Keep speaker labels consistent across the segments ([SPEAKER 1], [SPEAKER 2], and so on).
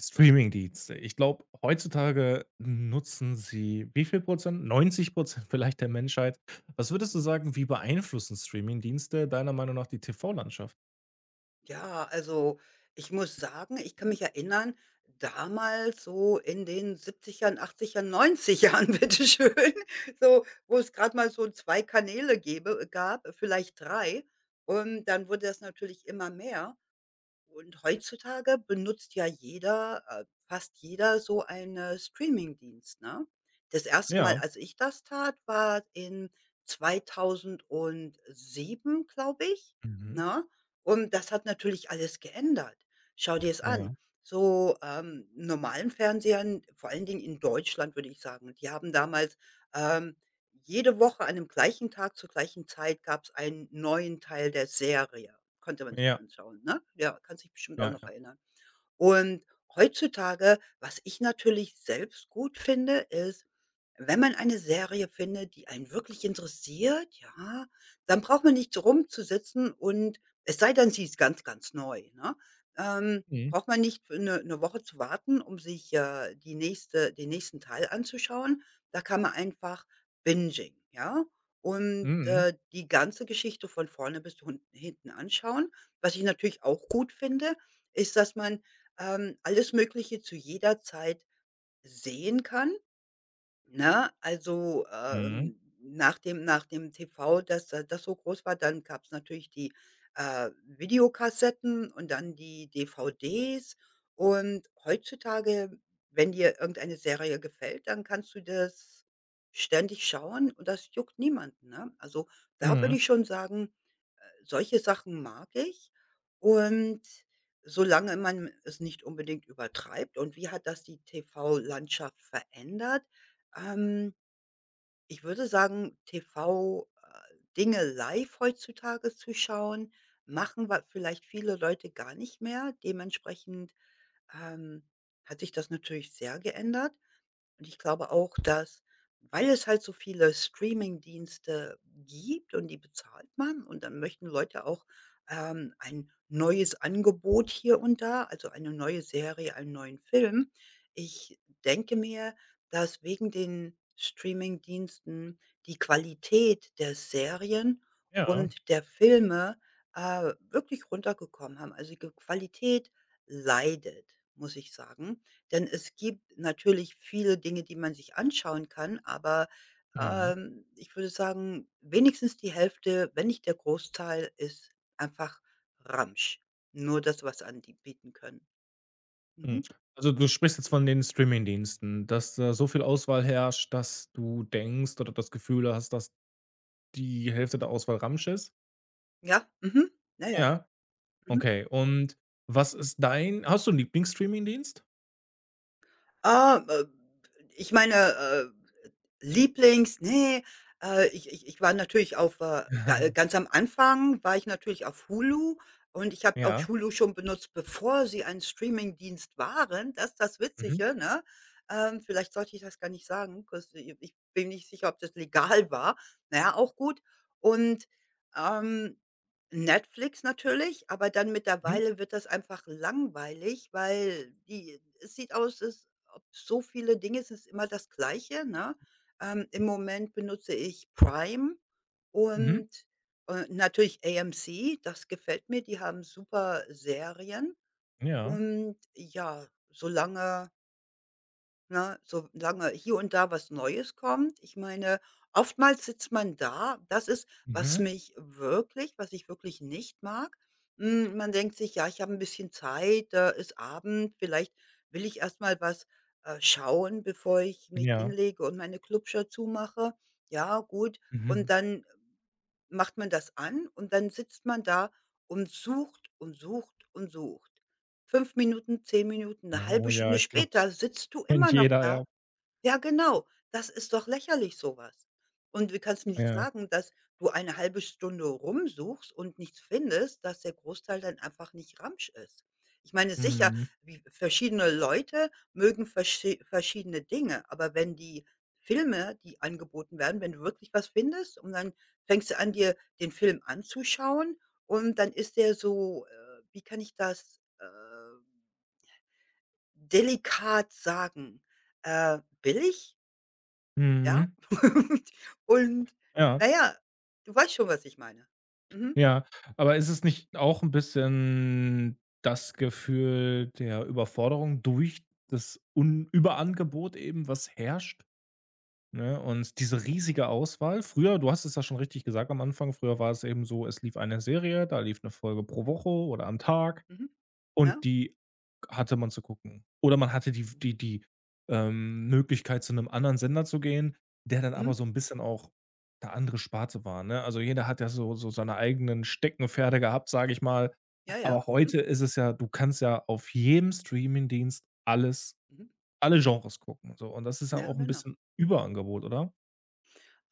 [SPEAKER 1] Streamingdienste. Ich glaube, heutzutage nutzen sie wie viel Prozent? 90% vielleicht der Menschheit. Was würdest du sagen, wie beeinflussen Streamingdienste deiner Meinung nach die TV-Landschaft?
[SPEAKER 2] Ja, also ich muss sagen, ich kann mich erinnern, damals so in den siebzigern, achtzigern, neunzigern, ern bitte schön, so, wo es gerade mal so 2 Kanäle gäbe gab, vielleicht 3, und dann wurde das natürlich immer mehr. Und heutzutage benutzt ja jeder fast jeder so einen Streamingdienst, ne? Das erste Mal,
[SPEAKER 1] Ja.
[SPEAKER 2] als ich das tat, war in 2007, glaube ich,
[SPEAKER 1] Mhm.
[SPEAKER 2] ne? Und das hat natürlich alles geändert. Schau dir es
[SPEAKER 1] Ja.
[SPEAKER 2] an. So, normalen Fernsehern, vor allen Dingen in Deutschland, würde ich sagen, die haben damals, ähm, jede Woche an dem gleichen Tag zur gleichen Zeit gab es einen neuen Teil der Serie konnte man sich
[SPEAKER 1] Ja.
[SPEAKER 2] anschauen, ne? Ja, kannst dich bestimmt auch
[SPEAKER 1] Ja,
[SPEAKER 2] noch
[SPEAKER 1] ja.
[SPEAKER 2] erinnern. Und heutzutage, was ich natürlich selbst gut finde, ist, wenn man eine Serie findet, die einen wirklich interessiert, ja, dann braucht man nicht rumzusitzen und es sei denn, sie ist ganz, ganz neu, ne? Ähm,
[SPEAKER 1] Mhm.
[SPEAKER 2] Braucht man nicht für 'ne Woche zu warten, um sich, die nächste den nächsten Teil anzuschauen. Da kann man einfach binging ja? Und,
[SPEAKER 1] Mhm.
[SPEAKER 2] die ganze Geschichte von vorne bis hun hinten anschauen. Was ich natürlich auch gut finde, ist, dass man alles Mögliche zu jeder Zeit sehen kann. Ne? Also,
[SPEAKER 1] Mhm.
[SPEAKER 2] nach dem TV, dass das so groß war, dann gab es natürlich die Videokassetten und dann die DVDs. Und heutzutage, wenn dir irgendeine Serie gefällt, dann kannst du das ständig schauen und das juckt niemanden, ne? Also, da würde
[SPEAKER 1] Mhm.
[SPEAKER 2] ich schon sagen, solche Sachen mag ich und solange man es nicht unbedingt übertreibt. Und wie hat das die TV-Landschaft verändert? Ähm, Ich würde sagen, TV, Dinge live heutzutage zu schauen, machen wa vielleicht viele Leute gar nicht mehr. Dementsprechend, ähm, hat sich das natürlich sehr geändert. Und ich glaube auch, dass weil es halt so viele Streamingdienste gibt und die bezahlt man und dann möchten Leute auch, ein neues Angebot hier und da, also eine neue Serie, einen neuen Film. Ich denke mir, dass wegen den Streamingdiensten die Qualität der Serien
[SPEAKER 1] Ja.
[SPEAKER 2] und der Filme, wirklich runtergekommen haben. Also, die Qualität leidet, muss ich sagen. Denn es gibt natürlich viele Dinge, die man sich anschauen kann, aber,
[SPEAKER 1] Mhm.
[SPEAKER 2] ich würde sagen, wenigstens die Hälfte, wenn nicht der Großteil, ist einfach Ramsch. Nur das, was an die bieten können.
[SPEAKER 1] Mhm.
[SPEAKER 2] Mhm.
[SPEAKER 1] Also, du sprichst jetzt von den Streamingdiensten, dass da so viel Auswahl herrscht, dass du denkst oder das Gefühl hast, dass die Hälfte der Auswahl Ramsch ist?
[SPEAKER 2] Ja, mhm. Ja, ja.
[SPEAKER 1] Ja.
[SPEAKER 2] Mhm.
[SPEAKER 1] Okay, und was ist dein hast du 'n Lieblingsstreamingdienst?
[SPEAKER 2] Ah, ich meine, Lieblings ne, ich war natürlich auf, ga ganz am Anfang war ich natürlich auf Hulu und ich habe auch
[SPEAKER 1] Ja.
[SPEAKER 2] Hulu schon benutzt, bevor sie ein Streamingdienst waren. Das ist das
[SPEAKER 1] Mhm.
[SPEAKER 2] Witzige, ne? Vielleicht sollte ich das gar nicht sagen, 'cause i ich bin nicht sicher, ob das legal war. Na ja, auch gut. Und, ähm, Netflix natürlich, aber dann
[SPEAKER 1] Mhm.
[SPEAKER 2] mittlerweile wird das einfach langweilig, weil die es sieht aus, es ob so viele Dinge es ist immer das Gleiche, ne? Im Moment benutze ich Prime
[SPEAKER 1] Mhm.
[SPEAKER 2] und, natürlich AMC, das gefällt mir. Die haben super Serien
[SPEAKER 1] Ja.
[SPEAKER 2] und ja, solange Ne, solange hier und da was Neues kommt. Ich meine, oftmals sitzt man da das ist,
[SPEAKER 1] Mhm.
[SPEAKER 2] was ich wirklich nicht mag. Man denkt sich: „Ja, ich habe ein bisschen Zeit, ist Abend, vielleicht will ich erst mal was, schauen, bevor ich mich
[SPEAKER 1] Ja.
[SPEAKER 2] hinlege und meine Klubschau zumache." Ja, gut. Und
[SPEAKER 1] Mhm.
[SPEAKER 2] dann macht man das an und dann sitzt man da und sucht und sucht und sucht. 5 Minuten, 10 Minuten, eine
[SPEAKER 1] Ja, oh
[SPEAKER 2] halbe
[SPEAKER 1] ja,
[SPEAKER 2] Stunde
[SPEAKER 1] ich glaube, das
[SPEAKER 2] später sitzt du
[SPEAKER 1] kennt
[SPEAKER 2] immer noch
[SPEAKER 1] jeder, ja.
[SPEAKER 2] da ja, genau. Das ist doch lächerlich so was. Und du kannst mir nicht
[SPEAKER 1] Ja.
[SPEAKER 2] sagen, dass du eine halbe Stunde rumsuchst und nichts findest, dass der Großteil dann einfach nicht Ramsch ist. Ich meine, sicher,
[SPEAKER 1] Mhm.
[SPEAKER 2] wie verschiedene Leute mögen verschiedene Dinge, aber wenn die Filme, die angeboten werden wenn du wirklich was findest und dann fängst du an, dir den Film anzuschauen und dann ist der so, wie kann ich das, delikat sagen, billig? Ja.
[SPEAKER 1] Mhm.
[SPEAKER 2] Und
[SPEAKER 1] Ja,
[SPEAKER 2] na ja, du weißt schon, was ich meine. Mhm,
[SPEAKER 1] ja. Aber ist es nicht auch 'n bisschen das Gefühl der Überforderung durch das Un Überangebot eben, was herrscht? Ne? Und diese riesige Auswahl früher, du hast es ja schon richtig gesagt am Anfang, früher war es eben so, es lief eine Serie, da lief eine Folge pro Woche oder am Tag
[SPEAKER 2] mhm. Ja.
[SPEAKER 1] und die hatte man zu gucken. Oder man hatte die
[SPEAKER 2] Mhm,
[SPEAKER 1] die die, ähm, Möglichkeit, zu einem anderen Sender zu gehen, der dann
[SPEAKER 2] mhm.
[SPEAKER 1] aber so ein bisschen auch 'ne andere Sparte war, ne? Also, jeder hat ja so seine eigenen Steckenpferde gehabt, sage ich mal.
[SPEAKER 2] Ja, ja.
[SPEAKER 1] Aber
[SPEAKER 2] Mhm,
[SPEAKER 1] heute ist es ja du kannst ja auf jedem Streamingdienst
[SPEAKER 2] mhm.
[SPEAKER 1] alle Genres gucken, so. Und das ist ja
[SPEAKER 2] Ja,
[SPEAKER 1] auch ein
[SPEAKER 2] genau.
[SPEAKER 1] bisschen Überangebot, oder?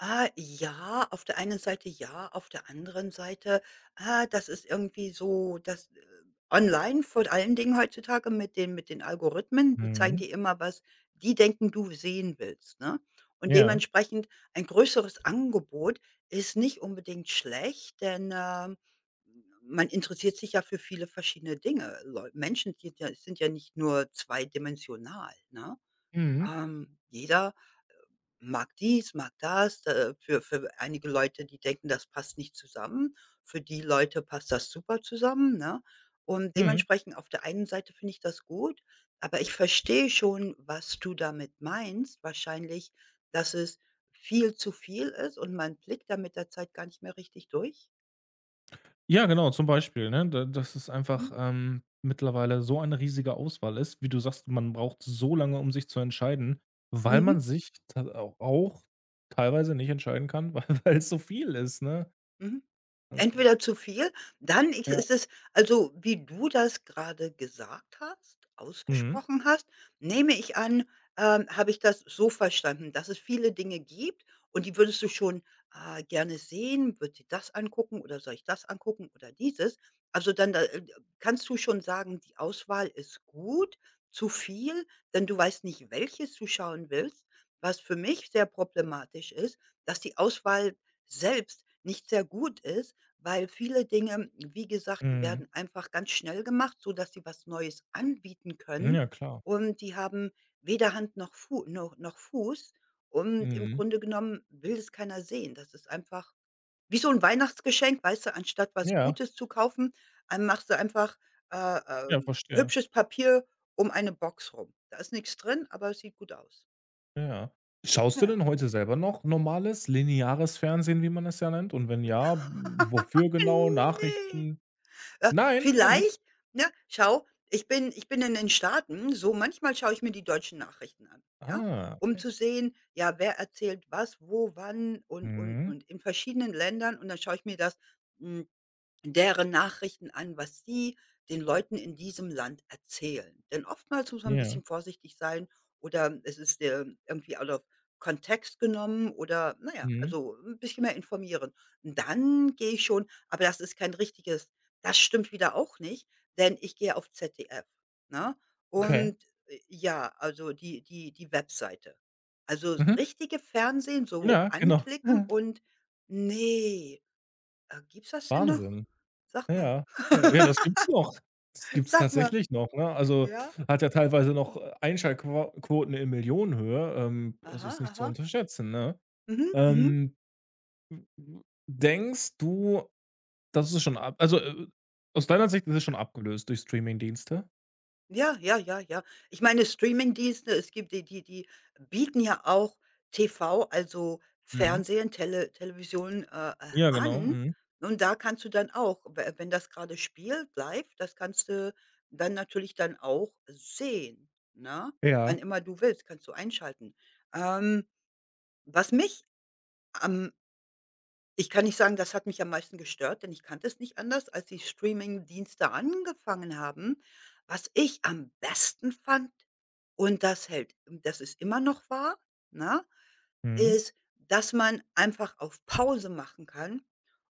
[SPEAKER 2] Ah, ja, auf der einen Seite ja, auf der anderen Seite, ah, das ist irgendwie so, das online vor allen Dingen heutzutage mit den Algorithmen, die zeigen
[SPEAKER 1] Mhm.
[SPEAKER 2] dir immer, was die denken, du sehen willst, ne? Und
[SPEAKER 1] Ja.
[SPEAKER 2] dementsprechend ein größeres Angebot ist nicht unbedingt schlecht, denn, man interessiert sich ja für viele verschiedene Dinge. Leu Menschen sind ja nicht nur zweidimensional, ne?
[SPEAKER 1] Mhm.
[SPEAKER 2] Jeder mag dies, mag das. Für einige Leute, die denken, das passt nicht zusammen. Für die Leute passt das super zusammen, ne? Und
[SPEAKER 1] Mhm.
[SPEAKER 2] dementsprechend auf der einen Seite finde ich das gut, aber ich verstehe schon, was du damit meinst. Wahrscheinlich, dass es viel zu viel ist und man blickt da mit der Zeit gar nicht mehr richtig durch.
[SPEAKER 1] Ja, genau, zum Beispiel, ne? Da Dass es
[SPEAKER 2] Mhm.
[SPEAKER 1] einfach, mittlerweile so eine riesige Auswahl ist. Wie du sagst, man braucht so lange, um sich zu entscheiden, weil man
[SPEAKER 2] Mhm.
[SPEAKER 1] sich ta au auch teilweise nicht entscheiden kann, weil es so viel ist, ne?
[SPEAKER 2] Mhm.
[SPEAKER 1] Also,
[SPEAKER 2] Entweder zu viel, dann ich
[SPEAKER 1] ja.
[SPEAKER 2] ist es also, wie du das gerade gesagt hast,
[SPEAKER 1] Mhm.
[SPEAKER 2] ausgesprochen hast, nehme ich an, habe ich das so verstanden, dass es viele Dinge gibt und die würdest du schon, gerne sehen. „Würde dir das angucken oder soll ich das angucken oder dieses?" Also, dann da kannst du schon sagen, die Auswahl ist gut, zu viel, denn du weißt nicht, welches du schauen willst, was für mich sehr problematisch ist, dass die Auswahl selbst nicht sehr gut ist. Weil viele Dinge, wie gesagt, die
[SPEAKER 1] Mhm.
[SPEAKER 2] werden einfach ganz schnell gemacht, sodass sie was Neues anbieten können
[SPEAKER 1] Ja, klar.
[SPEAKER 2] und die haben weder Hand noch Fu noch noch Fuß und im
[SPEAKER 1] Mhm.
[SPEAKER 2] Grunde genommen will es keiner sehen. Das ist einfach wie so ein Weihnachtsgeschenk, weißt du, anstatt was
[SPEAKER 1] Ja.
[SPEAKER 2] Gutes zu kaufen, machst du einfach,
[SPEAKER 1] Ja, verstehe.
[SPEAKER 2] hübsches Papier um eine Box rum. Da ist nichts drin, aber es sieht gut aus.
[SPEAKER 1] Ja. Schaust du
[SPEAKER 2] Ja.
[SPEAKER 1] denn heute selber noch normales, lineares Fernsehen, wie man es ja nennt? Und wenn ja, wofür genau?
[SPEAKER 2] Ne.
[SPEAKER 1] Nachrichten? Nein, gar nicht?
[SPEAKER 2] Vielleicht, ne, schau, ich bin in den Staaten, so manchmal schaue ich mir die deutschen Nachrichten an, ja,
[SPEAKER 1] Ah.
[SPEAKER 2] um zu sehen, ja, wer erzählt was, wo, wann und und
[SPEAKER 1] Mhm.
[SPEAKER 2] und in verschiedenen Ländern und dann schaue ich mir das, hm, deren Nachrichten an, was sie den Leuten in diesem Land erzählen. Denn oftmals muss man 'n
[SPEAKER 1] Ja.
[SPEAKER 2] bisschen vorsichtig sein oder es ist, irgendwie out of Kontext genommen oder na ja,
[SPEAKER 1] Mhm.
[SPEAKER 2] also 'n bisschen mehr informieren. Dann gehe ich schon aber das ist kein richtiges das stimmt wieder auch nicht, denn ich gehe auf ZDF, ne?
[SPEAKER 1] Okay.
[SPEAKER 2] Und, ja, also die Webseite. Also das
[SPEAKER 1] Mhm.
[SPEAKER 2] richtige Fernsehen so
[SPEAKER 1] Ja, genau.
[SPEAKER 2] anklicken und ne. Gibt's das denn noch?
[SPEAKER 1] Wahnsinn.
[SPEAKER 2] Sag mal.
[SPEAKER 1] Ja. Ja, ja, das gibt's noch. Das gibt's
[SPEAKER 2] Sag mal.
[SPEAKER 1] tatsächlich noch, ne? Also,
[SPEAKER 2] Ja.
[SPEAKER 1] hat ja teilweise noch, Einschaltquo in Millionenhöhe, also
[SPEAKER 2] Aha,
[SPEAKER 1] ist nicht zu
[SPEAKER 2] aha.
[SPEAKER 1] unterschätzen, ne?
[SPEAKER 2] Mhm, mhm.
[SPEAKER 1] Ähm, denkst du, das ist schon ab also, aus deiner Sicht ist es schon abgelöst durch Streamingdienste?
[SPEAKER 2] Ja, ja, ja, ja. Ich meine, Streamingdienste, es gibt die bieten ja auch TV, also
[SPEAKER 1] Mhm.
[SPEAKER 2] Fernsehen, Television,
[SPEAKER 1] Ja, genau.
[SPEAKER 2] an
[SPEAKER 1] Mhm.
[SPEAKER 2] und da kannst du dann auch, we wenn das gerade spielt live, das kannst du dann natürlich dann auch sehen, ne? Wann
[SPEAKER 1] Ja.
[SPEAKER 2] immer du willst, kannst du einschalten. Ähm, was mich am Ich kann nicht sagen, das hat mich am meisten gestört, denn ich kannte es nicht anders, als die Streamingdienste angefangen haben. Was ich am besten fand und das ist immer noch wahr, ne,
[SPEAKER 1] Mhm.
[SPEAKER 2] ist, dass man einfach auf Pause machen kann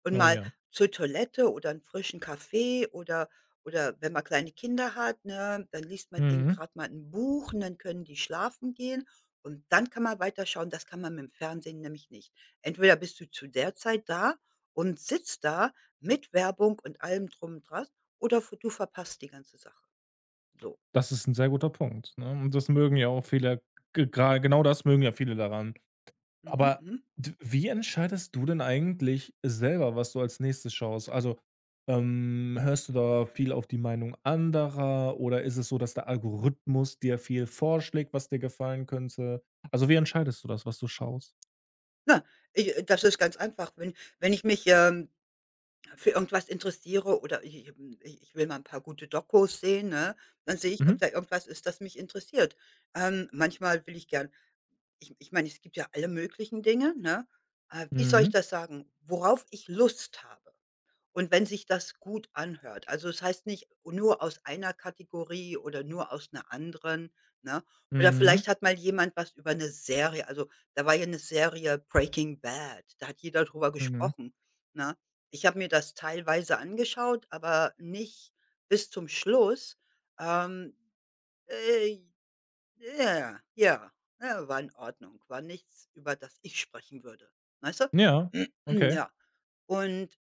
[SPEAKER 2] und
[SPEAKER 1] Oh
[SPEAKER 2] mal
[SPEAKER 1] ja.
[SPEAKER 2] zur Toilette oder einen frischen Kaffee oder wenn man kleine Kinder hat, ne, dann liest man denen
[SPEAKER 1] Mhm.
[SPEAKER 2] grad mal 'n Buch und dann können die schlafen gehen und dann kann man weiterschauen. Das kann man mit'm Fernsehen nämlich nicht. Entweder bist du zu der Zeit da und sitzt da mit Werbung und allem drum und dran oder v du verpasst die ganze Sache. So.
[SPEAKER 1] Das ist 'n sehr guter Punkt, ne? Und das mögen ja auch viele, ge gra genau das mögen ja viele daran.
[SPEAKER 2] Mhm,
[SPEAKER 1] Aber
[SPEAKER 2] mhm.
[SPEAKER 1] d wie entscheidest du denn eigentlich selber, was du als nächstes schaust? Also, hörst du da viel auf die Meinung anderer oder ist es so, dass der Algorithmus dir viel vorschlägt, was dir gefallen könnte? Also, wie entscheidest du das, was du schaust?
[SPEAKER 2] Na, ich das ist ganz einfach. Wenn ich mich, für irgendwas interessiere oder ich ich hm, ich ich will mal ein paar gute Dokus sehen, ne, dann sehe ich,
[SPEAKER 1] Mhm.
[SPEAKER 2] ob da irgendwas ist, das mich interessiert. Manchmal will ich gern ich meine, es gibt ja alle möglichen Dinge, ne? Wie soll ich
[SPEAKER 1] Mhm.
[SPEAKER 2] das sagen? Worauf ich Lust habe. Und wenn sich das gut anhört. Also, es heißt nicht nur aus einer Kategorie oder nur aus 'ner anderen, ne? Oder
[SPEAKER 1] Mhm.
[SPEAKER 2] vielleicht hat mal jemand was über 'ne Serie also, da war ja 'ne Serie Breaking Bad, da hat jeder drüber
[SPEAKER 1] Mhm.
[SPEAKER 2] gesprochen, ne? Ich habe mir das teilweise angeschaut, aber nicht bis zum Schluss. Ähm, äh, ja, ja, ja, war in Ordnung, war nichts, über das ich sprechen würde, weißt du?
[SPEAKER 1] Ja, okay.
[SPEAKER 2] Ja. Und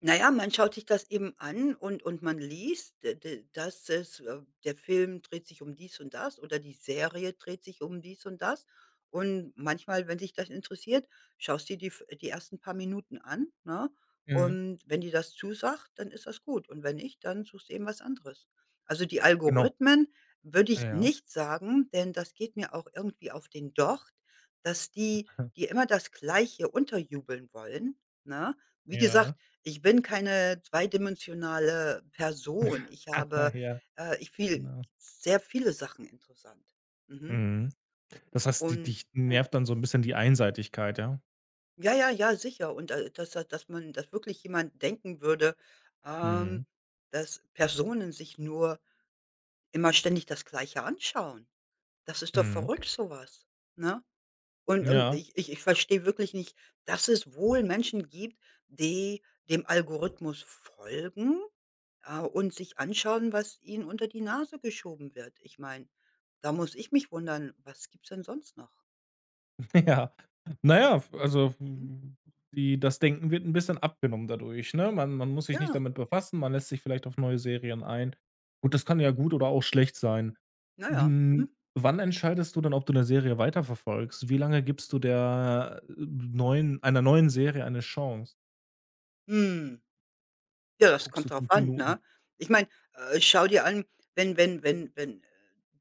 [SPEAKER 2] na ja, man schaut sich das eben an und man liest, d d dass es der Film dreht sich um dies und das oder die Serie dreht sich um dies und das. Und manchmal, wenn dich das interessiert, schaust du dir die ersten paar Minuten an, ne?
[SPEAKER 1] Mhm.
[SPEAKER 2] Und wenn dir das zusagt, dann ist das gut. Und wenn nicht, dann suchst du eben was anderes. Also, die
[SPEAKER 1] Genau.
[SPEAKER 2] Algorithmen würde ich
[SPEAKER 1] Ja.
[SPEAKER 2] nicht sagen, denn das geht mir auch irgendwie auf den Docht, dass die immer das Gleiche unterjubeln wollen, ne? Wie gesagt,
[SPEAKER 1] Ja.
[SPEAKER 2] ich bin keine zweidimensionale Person. Ich habe,
[SPEAKER 1] Ja,
[SPEAKER 2] ich viel
[SPEAKER 1] genau.
[SPEAKER 2] sehr viele Sachen interessant. Mhm.
[SPEAKER 1] Mhm. Das heißt, die
[SPEAKER 2] Und
[SPEAKER 1] dich
[SPEAKER 2] äh,
[SPEAKER 1] nervt dann so ein bisschen die Einseitigkeit, ja?
[SPEAKER 2] ja, ja, ja, sicher. Und, dass da dass man dass wirklich jemand denken würde, ähm,
[SPEAKER 1] Mhm,
[SPEAKER 2] dass Personen sich nur immer ständig das Gleiche anschauen. Das ist doch
[SPEAKER 1] mhm.
[SPEAKER 2] verrückt sowas, ne? Und und
[SPEAKER 1] Ja,
[SPEAKER 2] ich ich ich verstehe wirklich nicht, dass es wohl Menschen gibt, die dem Algorithmus folgen, und sich anschauen, was ihnen unter die Nase geschoben wird. Ich meine, da muss ich mich wundern, was gibt's denn sonst noch?
[SPEAKER 1] ja. Na ja, f also,
[SPEAKER 2] Mhm.
[SPEAKER 1] die das Denken wird ein bisschen abgenommen dadurch, ne? Man muss sich nicht
[SPEAKER 2] Ja,
[SPEAKER 1] damit befassen, man lässt sich vielleicht auf neue Serien ein. Gut, das kann ja gut oder auch schlecht sein.
[SPEAKER 2] naja. Ja. Mhm.
[SPEAKER 1] Hm, wann entscheidest du dann, ob du eine Serie weiterverfolgst? Wie lange gibst du der, neuen einer neuen Serie eine Chance?
[SPEAKER 2] Hm. Ja, das
[SPEAKER 1] Guckst du
[SPEAKER 2] kommt drauf
[SPEAKER 1] fünf
[SPEAKER 2] an,
[SPEAKER 1] Minuten?
[SPEAKER 2] ne? Ich meine, schau dir an, wenn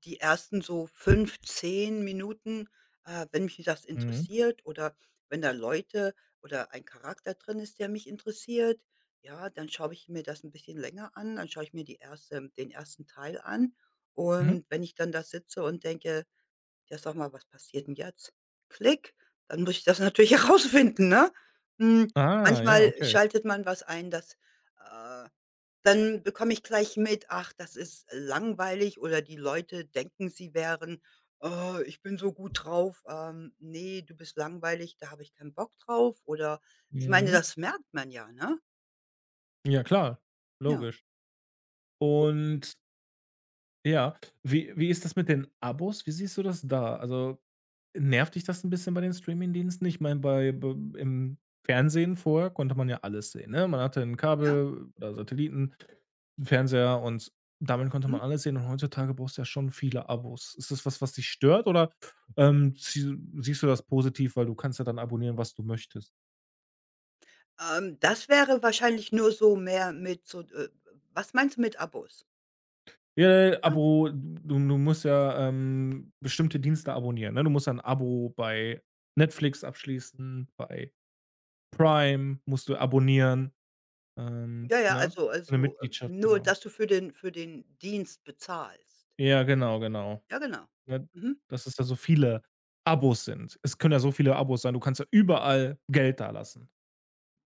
[SPEAKER 2] die ersten so 5 10 Minuten, wenn mich das
[SPEAKER 1] Mhm,
[SPEAKER 2] interessiert oder wenn da Leute oder ein Charakter drin ist, der mich interessiert, ja, dann schaue ich mir das ein bisschen länger an. Dann schaue ich mir die erste den ersten Teil an
[SPEAKER 1] mhm.
[SPEAKER 2] und wenn ich dann da sitze und denke ja, sag mal, was passiert denn jetzt? Klick, dann muss ich das natürlich herausfinden, ne? Hm,
[SPEAKER 1] Ah, ja,
[SPEAKER 2] Manchmal
[SPEAKER 1] okay.
[SPEAKER 2] schaltet man was ein, das äh, dann bekomme ich gleich mit: „Ach, das ist langweilig" oder die Leute denken, sie wären: „Oh, ich bin so gut drauf." „Ne, du bist langweilig, da habe ich keinen Bock drauf." Oder ich meine,
[SPEAKER 1] Mhm.
[SPEAKER 2] das merkt man ja, ne?
[SPEAKER 1] Ja klar,
[SPEAKER 2] Ja,
[SPEAKER 1] logisch. Und ja, wie ist das mit den Abos? Wie siehst du das da? Also, nervt dich das ein bisschen bei den Streamingdiensten? Ich meine, bei b im Fernsehen vorher konnte man ja alles sehen, ne? Man hatte ein
[SPEAKER 2] ja,
[SPEAKER 1] Kabel oder Satelliten, 'n Fernseher und damit konnte
[SPEAKER 2] mhm.
[SPEAKER 1] man alles sehen und heutzutage brauchst du ja schon viele Abos. Ist das was, was dich stört oder, zie siehst du das positiv, weil du kannst ja dann abonnieren, was du möchtest?
[SPEAKER 2] Das wäre wahrscheinlich nur so mehr mit so, was meinst du mit Abos?
[SPEAKER 1] Ja,
[SPEAKER 2] Ne?
[SPEAKER 1] Abo, du musst ja, bestimmte Dienste abonnieren, ne? Du musst ja 'n Abo bei Netflix abschließen, bei Prime musst du abonnieren,
[SPEAKER 2] Ja, ja,
[SPEAKER 1] ne?
[SPEAKER 2] also
[SPEAKER 1] Eine
[SPEAKER 2] also,
[SPEAKER 1] Mitgliedschaft,
[SPEAKER 2] nur
[SPEAKER 1] genau.
[SPEAKER 2] dass du für den Dienst bezahlst.
[SPEAKER 1] Ja, genau, genau,
[SPEAKER 2] Ja, genau.
[SPEAKER 1] ne?
[SPEAKER 2] Mhm.
[SPEAKER 1] Dass es da so viele Abos sind. Es können ja so viele Abos sein, du kannst ja überall Geld da lassen.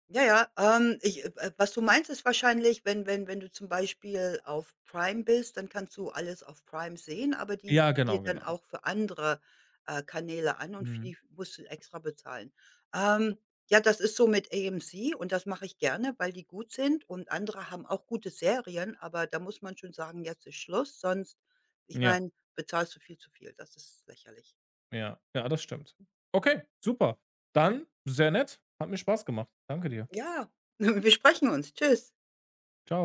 [SPEAKER 2] Ja, ja, ich was du meinst, ist wahrscheinlich, wenn du zum Beispiel auf Prime bist, dann kannst du alles auf Prime sehen, aber die
[SPEAKER 1] Ja,
[SPEAKER 2] bieten dir
[SPEAKER 1] genau,
[SPEAKER 2] dann
[SPEAKER 1] genau.
[SPEAKER 2] auch für andere, Kanäle an und für
[SPEAKER 1] Mhm.
[SPEAKER 2] die musst du extra bezahlen. Ähm, ja, das ist so mit AMC und das mache ich gerne, weil die gut sind und andere haben auch gute Serien, aber da muss man schon sagen: „Jetzt ist Schluss", sonst ich
[SPEAKER 1] Ja,
[SPEAKER 2] meine, bezahlst du viel zu viel. Das ist lächerlich.
[SPEAKER 1] ja, ja, das stimmt. Okay, super. Dann sehr nett, hat mir Spaß gemacht. Danke dir.
[SPEAKER 2] Ja, wir sprechen uns. Tschüss.
[SPEAKER 1] Ciao.